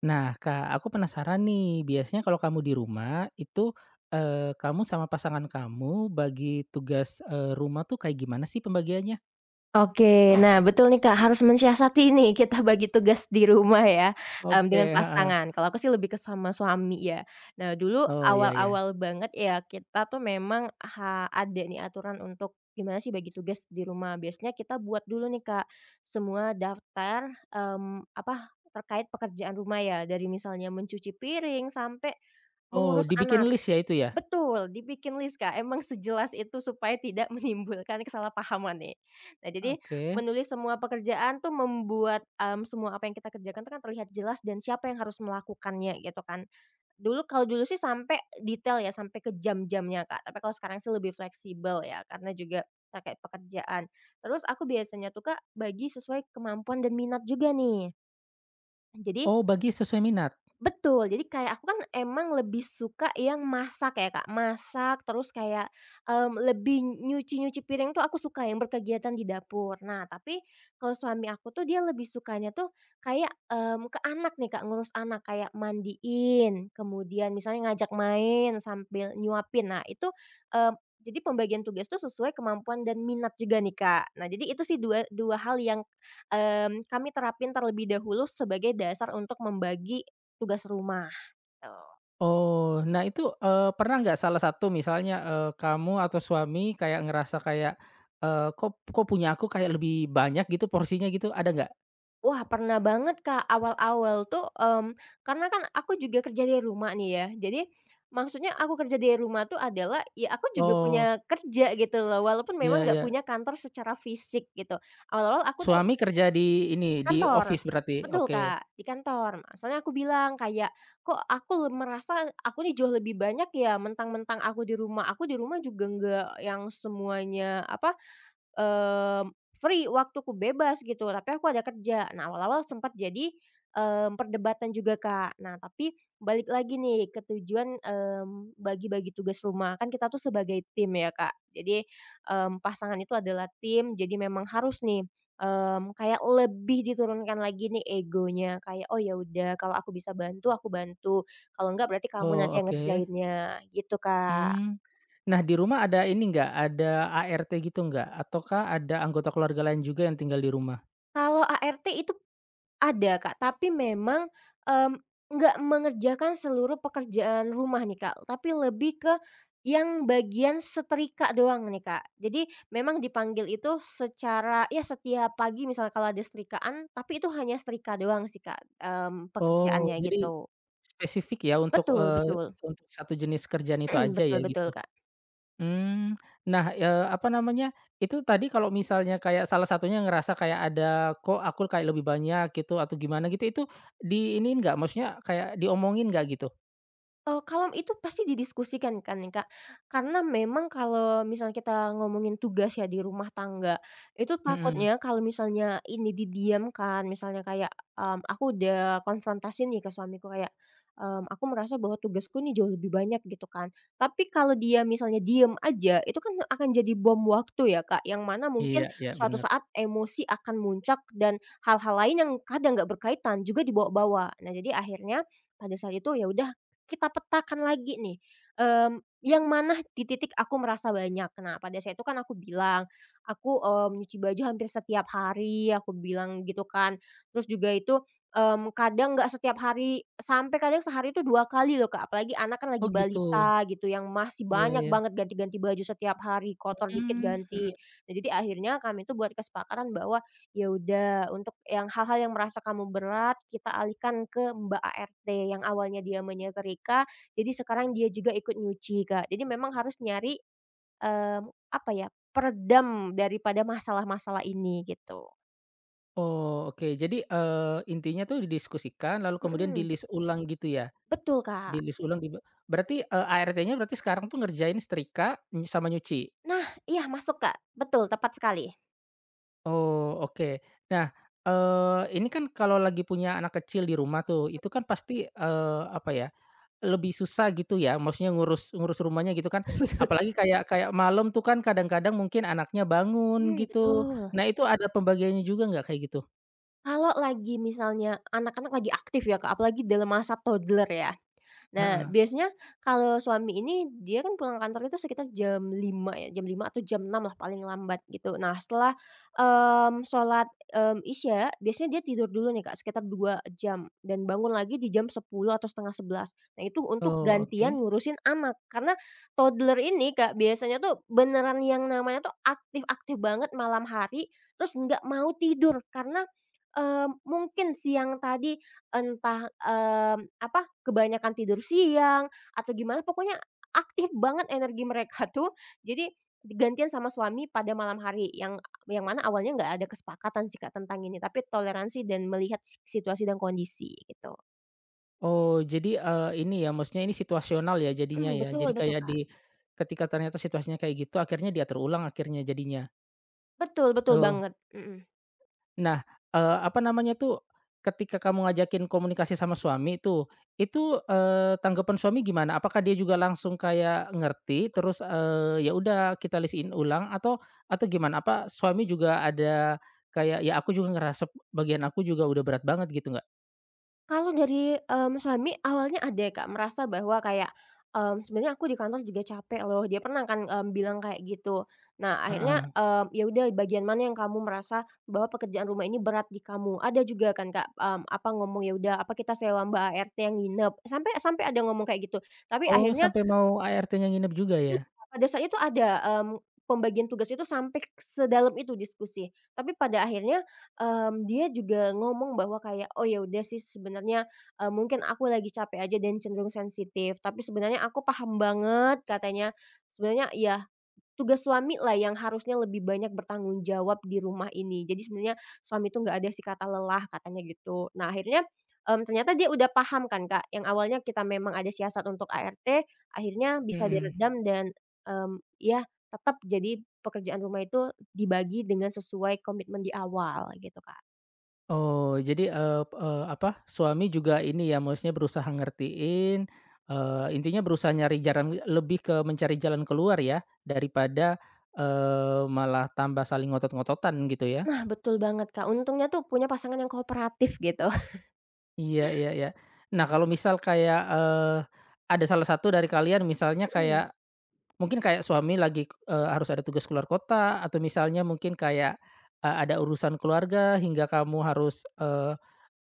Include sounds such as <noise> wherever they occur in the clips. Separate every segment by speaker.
Speaker 1: Nah, Kak, aku penasaran nih, biasanya kalau kamu di rumah itu, kamu sama pasangan kamu bagi tugas, rumah tuh kayak gimana sih pembagiannya?
Speaker 2: Oke. Nah, betul nih, Kak, harus mensiasati nih <laughs> kita bagi tugas di rumah ya,
Speaker 1: Oke,
Speaker 2: dengan
Speaker 1: heeh.
Speaker 2: pasangan. Kalau aku sih lebih ke sama suami ya. Nah, dulu
Speaker 1: Oh, iya ya.
Speaker 2: awal-awal banget ya kita tuh memang ada nih aturan untuk gimana sih bagi tugas di rumah. Biasanya kita buat dulu nih, Kak, semua daftar, apa, terkait pekerjaan rumah ya, dari misalnya mencuci piring sampai mengurus
Speaker 1: Oh,
Speaker 2: anak.
Speaker 1: dibikin list ya itu ya?
Speaker 2: Betul, dibikin list, Kak, emang sejelas itu supaya tidak <laughs> menimbulkan kesalahpahaman nih. Nah, jadi
Speaker 1: Oke.
Speaker 2: menulis semua pekerjaan tuh membuat, semua apa yang kita kerjakan itu kan terlihat jelas dan siapa yang harus melakukannya gitu kan. Kalau dulu sih sampai detail ya, sampai ke jam-jamnya, Kak, tapi kalau sekarang sih lebih fleksibel ya karena juga terkait pekerjaan. Terus aku biasanya tuh, Kak, bagi sesuai kemampuan dan minat juga nih. Jadi,
Speaker 1: Oh, bagi sesuai minat?
Speaker 2: betul, jadi kayak aku kan emang lebih suka yang masak ya Kak, masak terus kayak, lebih nyuci-nyuci piring tuh aku suka yang berkegiatan di dapur. Nah tapi kalau suami aku tuh dia lebih sukanya tuh kayak, ke anak nih Kak, ngurus anak kayak mandiin, kemudian misalnya ngajak main sambil nyuapin. Nah itu, mmm, jadi pembagian tugas tuh sesuai kemampuan dan minat juga nih Kak. Nah jadi itu sih dua dua hal yang, kami terapin terlebih dahulu sebagai dasar untuk membagi tugas rumah, tuh.
Speaker 1: Oh, nah itu, pernah nggak salah satu misalnya, kamu atau suami kayak ngerasa kayak, "Kok kok punya aku kayak lebih banyak gitu porsinya?" Gitu, ada nggak?
Speaker 2: Wah, pernah banget, Kak, awal-awal tuh, karena kan aku juga kerja dari rumah nih ya. Jadi, maksudnya aku kerja dari rumah tuh adalah, ya aku juga punya
Speaker 1: Oh,
Speaker 2: kerja gitu loh, walaupun memang
Speaker 1: iya
Speaker 2: nggak
Speaker 1: ya.
Speaker 2: punya kantor secara fisik gitu. Awal-awal aku
Speaker 1: Suami
Speaker 2: tuh
Speaker 1: kerja di ini, di
Speaker 2: kantor,
Speaker 1: office berarti?
Speaker 2: betul,
Speaker 1: Oke.
Speaker 2: Kak, di kantor. Soalnya aku bilang kayak, "Kok aku merasa aku nih jauh lebih banyak ya, mentang-mentang aku di rumah." Aku di rumah juga nggak yang semuanya apa. Mmm, Free, waktuku bebas gitu, tapi aku ada kerja. Nah, awal-awal sempat jadi, perdebatan juga, Kak. Nah, tapi balik lagi nih ke tujuan, bagi-bagi tugas rumah. Kan kita tuh sebagai tim ya, Kak. Jadi, pasangan itu adalah tim, jadi memang harus nih, kayak lebih diturunkan lagi nih egonya, kayak, "Oh ya udah, kalau aku bisa bantu, aku bantu. Kalau enggak berarti kamu
Speaker 1: Oh,
Speaker 2: nanti yang
Speaker 1: oke.
Speaker 2: ngerjainnya." Gitu, Kak.
Speaker 1: Hmm. Nah, di rumah ada ini nggak, ada ART gitu nggak? Ataukah ada anggota keluarga lain juga yang tinggal di rumah?
Speaker 2: Kalau ART itu ada Kak, tapi memang, mmm, nggak mengerjakan seluruh pekerjaan rumah nih Kak, tapi lebih ke yang bagian setrika doang nih Kak. Jadi memang dipanggil itu secara ya setiap pagi misalnya kalau ada setrikaan, tapi itu hanya setrika doang sih Kak,
Speaker 1: Oh,
Speaker 2: pekerjaannya
Speaker 1: jadi
Speaker 2: gitu.
Speaker 1: spesifik ya untuk,
Speaker 2: Betul betul,
Speaker 1: untuk satu jenis kerjaan itu
Speaker 2: <clears throat>
Speaker 1: aja
Speaker 2: betul
Speaker 1: ya
Speaker 2: betul
Speaker 1: gitu?
Speaker 2: Kak.
Speaker 1: Mmm, nah, apa namanya, itu tadi kalau misalnya kayak salah satunya ngerasa kayak ada, "Kok aku kayak lebih banyak," gitu atau gimana gitu, itu diiniin nggak? Maksudnya kayak diomongin nggak gitu?
Speaker 2: Kalau itu pasti didiskusikan kan nih, Kak, karena memang kalau misalnya kita ngomongin tugas ya di rumah tangga, itu
Speaker 1: Mhm,
Speaker 2: takutnya kalau misalnya ini didiamkan, misalnya kayak, aku udah konfrontasi nih ke suamiku kayak, "Aku merasa bahwa tugasku nih jauh lebih banyak," gitu kan. Tapi kalau dia misalnya diem aja, itu kan akan jadi bom waktu ya Kak, yang mana
Speaker 1: iya
Speaker 2: mungkin
Speaker 1: iya
Speaker 2: suatu
Speaker 1: bener.
Speaker 2: saat emosi akan muncak dan hal-hal lain yang kadang nggak berkaitan juga dibawa-bawa. Nah, jadi akhirnya pada saat itu ya udah kita petakan lagi nih, yang mana di titik aku merasa banyak. Nah, pada saat itu kan aku bilang, aku, nyuci baju hampir setiap hari, aku bilang gitu kan. Terus juga itu, kadang nggak setiap hari, sampai kadang sehari itu 2 kali loh, Kak. Apalagi anak kan lagi
Speaker 1: Oh gitu,
Speaker 2: balita gitu, yang masih
Speaker 1: iya
Speaker 2: banyak
Speaker 1: iya,
Speaker 2: banget ganti-ganti baju setiap hari, kotor dikit
Speaker 1: mhm mhm.
Speaker 2: ganti. Nah, jadi akhirnya kami tuh buat kesepakatan bahwa ya udah, untuk yang hal-hal yang merasa kamu berat, kita alihkan ke Mbak ART yang awalnya dia menyetrika, jadi sekarang dia juga ikut nyuci, Kak. Jadi memang harus nyari, mmm, apa ya, peredam daripada masalah-masalah ini gitu.
Speaker 1: Oh, oke. Jadi, intinya tuh didiskusikan lalu kemudian
Speaker 2: Mhm,
Speaker 1: di-list ulang gitu ya?
Speaker 2: betul, Kak.
Speaker 1: Di-list ulang dibe Berarti, ART-nya berarti sekarang tuh ngerjain setrika nyu sama nyuci?
Speaker 2: Nah, iya masuk, Kak, betul, tepat sekali.
Speaker 1: Oh, oke. Nah, ini kan kalau lagi punya anak kecil di rumah tuh, itu kan pasti, apa ya, lebih susah gitu ya, maksudnya ngurus ngurus rumahnya gitu kan. Apalagi kayak kayak malam tuh kan kadang-kadang mungkin anaknya bangun
Speaker 2: Mhm,
Speaker 1: gitu.
Speaker 2: betul.
Speaker 1: Nah, itu ada pembagiannya juga nggak kayak gitu?
Speaker 2: Kalau lagi misalnya anak-anak lagi aktif ya, Kak, apalagi dalam masa toddler ya. Nah,
Speaker 1: Heeh.
Speaker 2: biasanya kalau suami ini dia kan pulang kantor itu sekitar jam 5 ya, jam 5 atau jam 6 lah paling lambat gitu. Nah, setelah, sholat, Isya biasanya dia tidur dulu nih Kak sekitar 2 jam dan bangun lagi di jam 10 atau setengah sebelas. Nah, itu untuk
Speaker 1: Oh,
Speaker 2: gantian
Speaker 1: oke.
Speaker 2: ngurusin anak karena toddler ini Kak biasanya tuh beneran yang namanya tuh aktif-aktif banget malam hari, terus nggak mau tidur karena, mungkin siang tadi. Entah, apa, kebanyakan tidur siang atau gimana pokoknya aktif banget energi mereka <laughs> tuh, jadi digantian sama suami pada malam hari yang mana awalnya nggak ada kesepakatan sih Kak tentang ini, tapi toleransi dan melihat situasi dan kondisi gitu.
Speaker 1: Oh, jadi, ini ya, maksudnya ini situasional ya jadinya
Speaker 2: Mhm,
Speaker 1: ya?
Speaker 2: betul
Speaker 1: Jadi
Speaker 2: betul
Speaker 1: kayak di
Speaker 2: Kak,
Speaker 1: ketika ternyata situasinya kayak gitu akhirnya dia terulang akhirnya jadinya?
Speaker 2: betul betul
Speaker 1: Oh.
Speaker 2: banget, mhm.
Speaker 1: Nah, apa namanya tuh, ketika kamu ngajakin komunikasi sama suami tuh, itu, tanggapan suami gimana? Apakah dia juga langsung kayak ngerti terus, ya udah kita list ulang atau gimana? Apa suami juga ada kayak, "Ya aku juga ngerasa bagian aku juga udah berat banget," gitu nggak?
Speaker 2: Kalau dari, suami awalnya ada Kak, merasa bahwa kayak, "Sebenarnya aku di kantor juga capek loh." Dia pernah kan, bilang kayak gitu. Nah akhirnya,
Speaker 1: Heeh.
Speaker 2: "Ya udah bagian mana yang kamu merasa bahwa pekerjaan rumah ini berat di kamu?" Ada juga kan Kak, apa ngomong, "Ya udah apa kita sewa mbak ART yang nginep." Sampai sampai ada ngomong kayak gitu. Tapi
Speaker 1: Oh,
Speaker 2: akhirnya,
Speaker 1: sampai mau ART-nya nginep juga ya?
Speaker 2: pada saat itu ada, pembagian tugas itu sampai sedalam itu diskusi, tapi pada akhirnya, dia juga ngomong bahwa kayak, "Oh, ya udah sih sebenarnya, mungkin aku lagi capek aja dan cenderung sensitif, tapi sebenarnya aku paham banget," katanya, "sebenarnya ya tugas suami lah yang harusnya lebih banyak bertanggung jawab di rumah ini. Jadi sebenarnya suami itu nggak ada sih kata lelah katanya gitu. Nah akhirnya, ternyata dia udah paham kan Kak, yang awalnya kita memang ada siasat untuk ART, akhirnya bisa
Speaker 1: Mhm.
Speaker 2: diredam dan, ya tetap jadi pekerjaan rumah itu dibagi dengan sesuai komitmen di awal gitu Kak.
Speaker 1: Oh, jadi, eee eee, apa, suami juga ini ya, maksudnya berusaha ngertiin, intinya berusaha nyari jalan lebih ke mencari jalan keluar ya, daripada, malah tambah saling ngotot-ngototan gitu ya?
Speaker 2: Nah betul banget Kak, untungnya tuh punya pasangan yang kooperatif gitu. <laughs>
Speaker 1: Iya iya iya. Nah, kalau misal kayak, ada salah satu dari kalian misalnya
Speaker 2: Mhm.
Speaker 1: kayak mungkin kayak suami lagi, harus ada tugas keluar kota atau misalnya mungkin kayak, ada urusan keluarga hingga kamu harus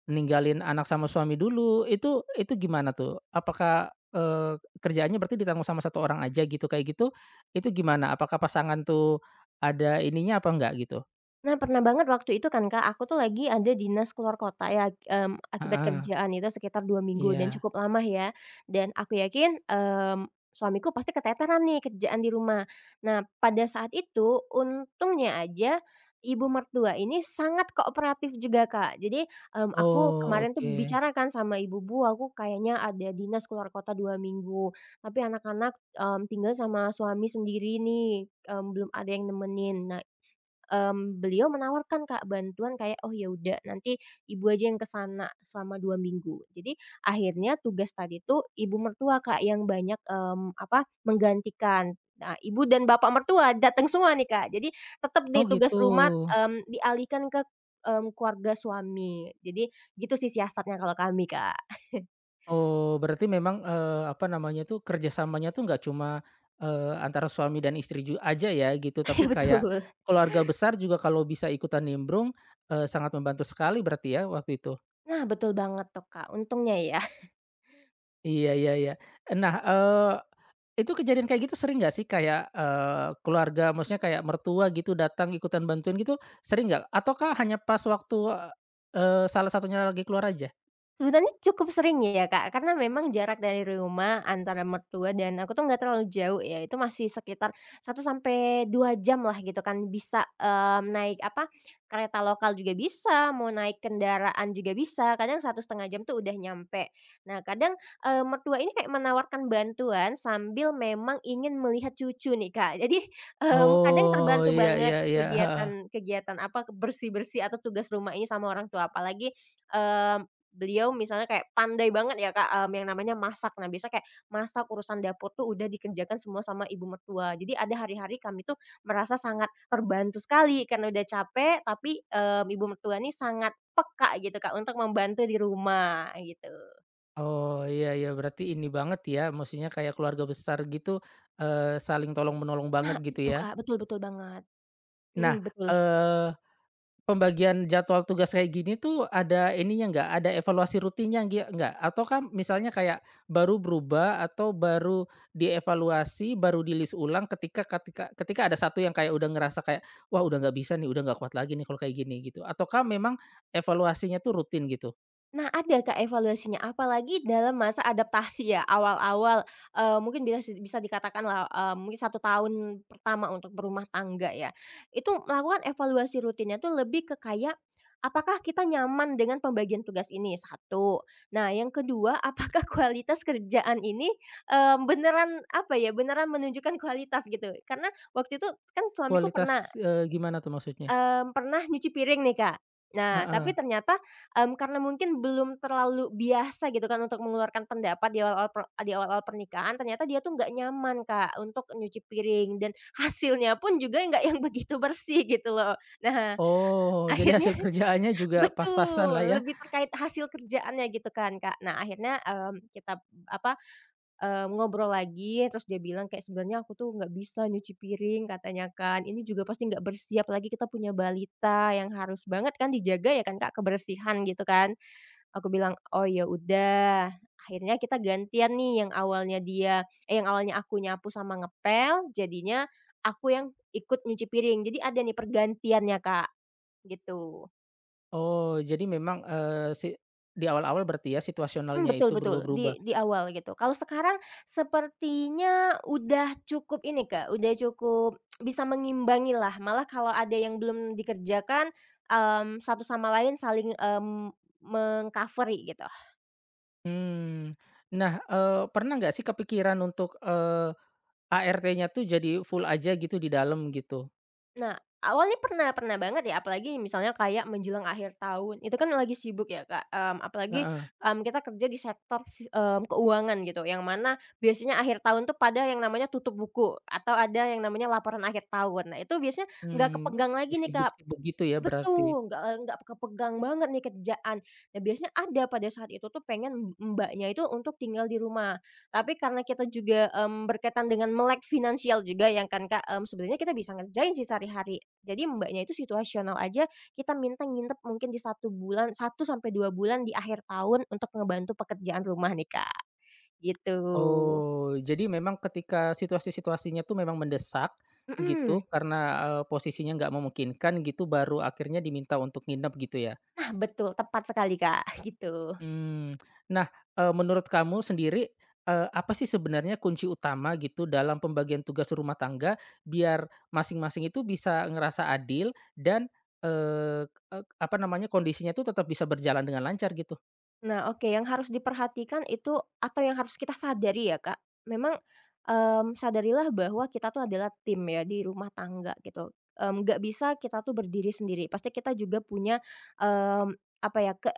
Speaker 1: ninggalin anak sama suami dulu, itu gimana tuh? Apakah, kerjaannya berarti ditanggung sama satu orang aja gitu, kayak gitu, itu gimana? Apakah pasangan tuh ada ininya apa enggak gitu?
Speaker 2: Nah, pernah banget waktu itu kan, Kak, aku tuh lagi ada dinas keluar kota ya, akibat
Speaker 1: Heeh,
Speaker 2: kerjaan itu sekitar 2 minggu dan
Speaker 1: iya.
Speaker 2: cukup lama ya, dan aku yakin, suamiku pasti keteteran nih kerjaan di rumah. Nah, pada saat itu untungnya aja ibu mertua ini sangat kooperatif juga, Kak. Jadi, aku
Speaker 1: Oh,
Speaker 2: kemarin tuh
Speaker 1: oke.
Speaker 2: bicara kan sama ibu, "Bu, aku kayaknya ada dinas keluar kota 2 minggu, tapi anak-anak, tinggal sama suami sendiri nih, belum ada yang nemenin." Nah, beliau menawarkan Kak bantuan kayak, "Oh ya udah nanti ibu aja yang ke sana selama 2 minggu." Jadi akhirnya tugas tadi tuh ibu mertua Kak yang banyak, apa, menggantikan. Nah, ibu dan bapak mertua datang semua nih Kak. Jadi tetap
Speaker 1: Oh
Speaker 2: deh tugas
Speaker 1: gitu.
Speaker 2: rumah, dialihkan ke, keluarga suami. Jadi gitu sih siasatnya kalau kami Kak.
Speaker 1: Oh, berarti memang, apa namanya tuh, kerjasamanya tuh nggak cuma, antara suami dan istri aja ya gitu,
Speaker 2: <laughs> Iya
Speaker 1: tapi kayak
Speaker 2: betul.
Speaker 1: keluarga besar juga kalau bisa ikutan nimbrung, sangat membantu sekali berarti ya waktu itu?
Speaker 2: Nah betul banget tuh Kak, untungnya ya.
Speaker 1: Iya iya iya. Nah, itu kejadian kayak gitu sering nggak sih? Kayak, keluarga maksudnya kayak mertua gitu datang ikutan bantuin gitu, sering nggak? Ataukah hanya pas waktu, salah satunya lagi keluar aja?
Speaker 2: Sebenarnya cukup sering ya, Kak, karena memang jarak dari rumah antara mertua dan aku tuh nggak terlalu jauh ya, itu masih sekitar 1 sampai 2 jam lah gitu kan bisa, naik apa, kereta lokal juga bisa, mau naik kendaraan juga bisa, kadang 1,5 jam tuh udah nyampe. Nah kadang, mertua ini kayak menawarkan bantuan sambil memang ingin melihat cucu nih, Kak. Jadi, <laughs> kadang
Speaker 1: Oh,
Speaker 2: terbantu
Speaker 1: iya iya
Speaker 2: banget
Speaker 1: iya, heeh.
Speaker 2: kegiatan kegiatan apa, bersih-bersih atau tugas rumah ini sama orang tua, apalagi, mmm beliau misalnya kayak pandai banget ya, Kak, yang namanya masak. Nah, biasa kayak masak, urusan dapur tuh udah dikerjakan semua sama ibu mertua. Jadi ada hari-hari kami tuh merasa sangat terbantu sekali karena udah capek, tapi, ibu mertua nih sangat peka gitu, Kak, untuk membantu di rumah, gitu.
Speaker 1: Oh, iya iya, berarti ini banget ya, maksudnya kayak keluarga besar gitu, saling tolong menolong
Speaker 2: Nah,
Speaker 1: banget gitu
Speaker 2: itu,
Speaker 1: ya.
Speaker 2: Kak, betul betul banget.
Speaker 1: Nah,
Speaker 2: Mhm, betul.
Speaker 1: eee pembagian jadwal tugas kayak gini tuh ada ininya nggak, ada evaluasi rutinnya nggih nggak? Ataukah misalnya kayak baru berubah atau baru dievaluasi, baru dilis ulang ketika ketika ketika ada satu yang kayak udah ngerasa kayak, "Wah udah nggak bisa nih, udah nggak kuat lagi nih kalau kayak gini," gitu? Ataukah memang evaluasinya tuh rutin gitu?
Speaker 2: Nah, ada Kak evaluasinya, apalagi dalam masa adaptasi ya, awal-awal, mungkin bilas bisa dikatakanlah, mungkin 1 tahun pertama untuk berumah tangga ya. Itu melakukan evaluasi rutinnya tuh lebih ke kayak, apakah kita nyaman dengan pembagian tugas ini? Satu. Nah, yang kedua, <laughs> apakah kualitas kerjaan ini, beneran apa ya, beneran menunjukkan kualitas gitu. Karena waktu itu kan suamiku
Speaker 1: Kualitas,
Speaker 2: pernah
Speaker 1: gimana tuh maksudnya?
Speaker 2: Mmm, pernah nyuci piring nih, Kak. Nah,
Speaker 1: Heeh.
Speaker 2: tapi ternyata, karena mungkin belum terlalu biasa gitu kan untuk mengeluarkan pendapat di awal-awal di awal-awal pernikahan, ternyata dia tuh nggak nyaman, Kak, untuk nyuci piring dan <laughs> hasilnya pun juga nggak yang begitu bersih gitu loh. Nah, <laughs>
Speaker 1: Oh, jadi
Speaker 2: akhirnya
Speaker 1: hasil kerjaannya juga pas-pasan
Speaker 2: betul,
Speaker 1: lah ya?
Speaker 2: lebih terkait hasil kerjaannya gitu kan, Kak. Nah, akhirnya, kita apa. Ngobrol lagi terus dia bilang kayak, "Sebenarnya aku tuh nggak bisa nyuci piring," katanya kan, "ini juga pasti nggak bersih apalagi kita punya balita yang harus banget kan dijaga ya kan Kak, kebersihan," gitu kan. Aku bilang, "Oh ya udah." Akhirnya kita gantian nih yang awalnya yang awalnya aku nyapu sama ngepel, jadinya aku yang ikut nyuci piring. Jadi ada nih pergantiannya Kak, gitu.
Speaker 1: Oh, jadi memang, eee, si di awal-awal berarti ya situasionalnya
Speaker 2: Betul
Speaker 1: itu
Speaker 2: betul,
Speaker 1: berubah-berubah?
Speaker 2: di awal gitu. Kalau sekarang sepertinya udah cukup ini, Kak, udah cukup bisa mengimbangilah, malah kalau ada yang belum dikerjakan, satu sama lain saling, meng-cover-i gitu.
Speaker 1: Hmm. Nah, pernah nggak sih kepikiran untuk, ART-nya tuh jadi full aja gitu di dalam gitu?
Speaker 2: Nah, awalnya pernah pernah banget ya, apalagi misalnya kayak menjelang akhir tahun, itu kan lagi sibuk ya, Kak, apalagi,
Speaker 1: Heeh.
Speaker 2: kita kerja di sektor keuangan gitu, yang mana biasanya akhir tahun tuh pada yang namanya tutup buku, atau ada yang namanya laporan akhir tahun. Nah, itu biasanya nggak
Speaker 1: Mmm,
Speaker 2: kepegang lagi nih, Kak.
Speaker 1: sibuk-sibuk gitu ya berarti?
Speaker 2: Betul, nggak kepegang banget nih kerjaan. Nah, biasanya ada pada saat itu tuh pengen Mbaknya itu untuk tinggal di rumah. Tapi karena kita juga, berkaitan dengan melek finansial juga yang kan, Kak, sebenarnya kita bisa ngerjain sih sehari-hari. Jadi Mbaknya itu situasional aja, kita minta nginep mungkin di 1 bulan, 1 sampai 2 bulan di akhir tahun untuk ngebantu pekerjaan rumah nih, Kak, gitu.
Speaker 1: Oh, jadi memang ketika situasi-situasinya tuh memang mendesak
Speaker 2: Mhm,
Speaker 1: gitu karena, posisinya nggak memungkinkan gitu baru akhirnya diminta untuk nginep gitu ya?
Speaker 2: nah betul, tepat sekali, Kak, <laughs> gitu.
Speaker 1: Hmm. Nah, menurut kamu sendiri, apa sih sebenarnya kunci utama gitu dalam pembagian tugas rumah tangga biar masing-masing itu bisa ngerasa adil dan, eee, ek apa namanya, kondisinya itu tetap bisa berjalan dengan lancar gitu?
Speaker 2: Nah, oke yang harus diperhatikan itu atau yang harus kita sadari ya, Kak, memang, sadarilah bahwa kita tuh adalah tim ya di rumah tangga gitu, nggak bisa kita tuh berdiri sendiri, pasti kita juga punya, mmm, apa ya,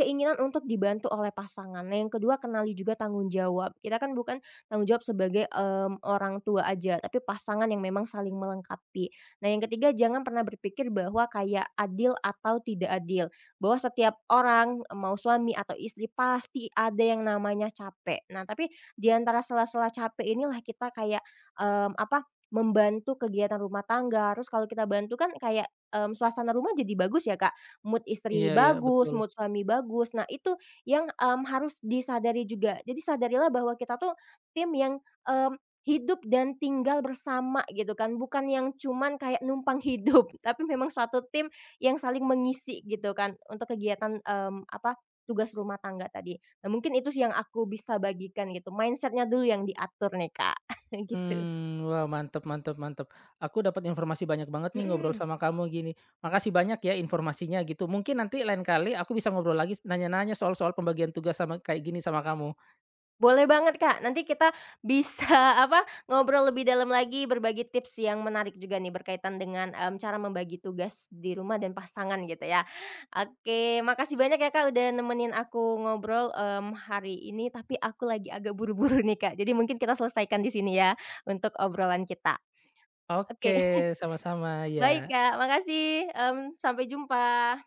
Speaker 2: keinginan untuk dibantu oleh pasangan. Nah, yang kedua kenali juga tanggung jawab, kita kan bukan tanggung jawab sebagai, orang tua aja, tapi pasangan yang memang saling melengkapi. Nah, yang ketiga jangan pernah berpikir bahwa kayak adil atau tidak adil bahwa setiap orang, mau suami atau istri pasti ada yang namanya capek. Nah, tapi di antara sela-sela capek inilah kita kayak, apa, membantu kegiatan rumah tangga. Terus kalau kita bantu kan kayak, suasana rumah jadi bagus ya, Kak. Mood istri
Speaker 1: Iya iya,
Speaker 2: bagus,
Speaker 1: betul.
Speaker 2: mood suami bagus. Nah, itu yang, harus disadari juga. Jadi sadarilah bahwa kita tuh tim yang, mmm, hidup dan tinggal bersama gitu kan, bukan yang cuman kayak numpang hidup, <laughs> tapi memang suatu tim yang saling mengisi gitu kan untuk kegiatan, apa, tugas rumah tangga tadi. Nah mungkin itu sih yang aku bisa bagikan gitu, mindsetnya dulu yang diatur nih Kak, <laughs> gitu.
Speaker 1: Hmm. Wah, mantep mantep mantep. Aku dapat informasi banyak banget nih ngobrol
Speaker 2: Mhm.
Speaker 1: sama kamu gini. Makasih banyak ya informasinya gitu. Mungkin nanti lain kali aku bisa ngobrol lagi nanya-nanya soal-soal pembagian tugas sama kayak gini sama kamu.
Speaker 2: Boleh banget Kak, nanti kita bisa <laughs> apa, ngobrol lebih dalam lagi, berbagi tips yang menarik juga nih berkaitan dengan, cara membagi tugas di rumah dan pasangan gitu ya. Oke, makasih banyak ya Kak udah nemenin aku ngobrol, hari ini, tapi aku lagi agak buru-buru nih Kak, jadi mungkin kita selesaikan di sini ya untuk obrolan kita. Oke,
Speaker 1: Oke,
Speaker 2: <laughs>
Speaker 1: sama-sama,
Speaker 2: baik
Speaker 1: ya.
Speaker 2: Kak, makasih, sampai jumpa.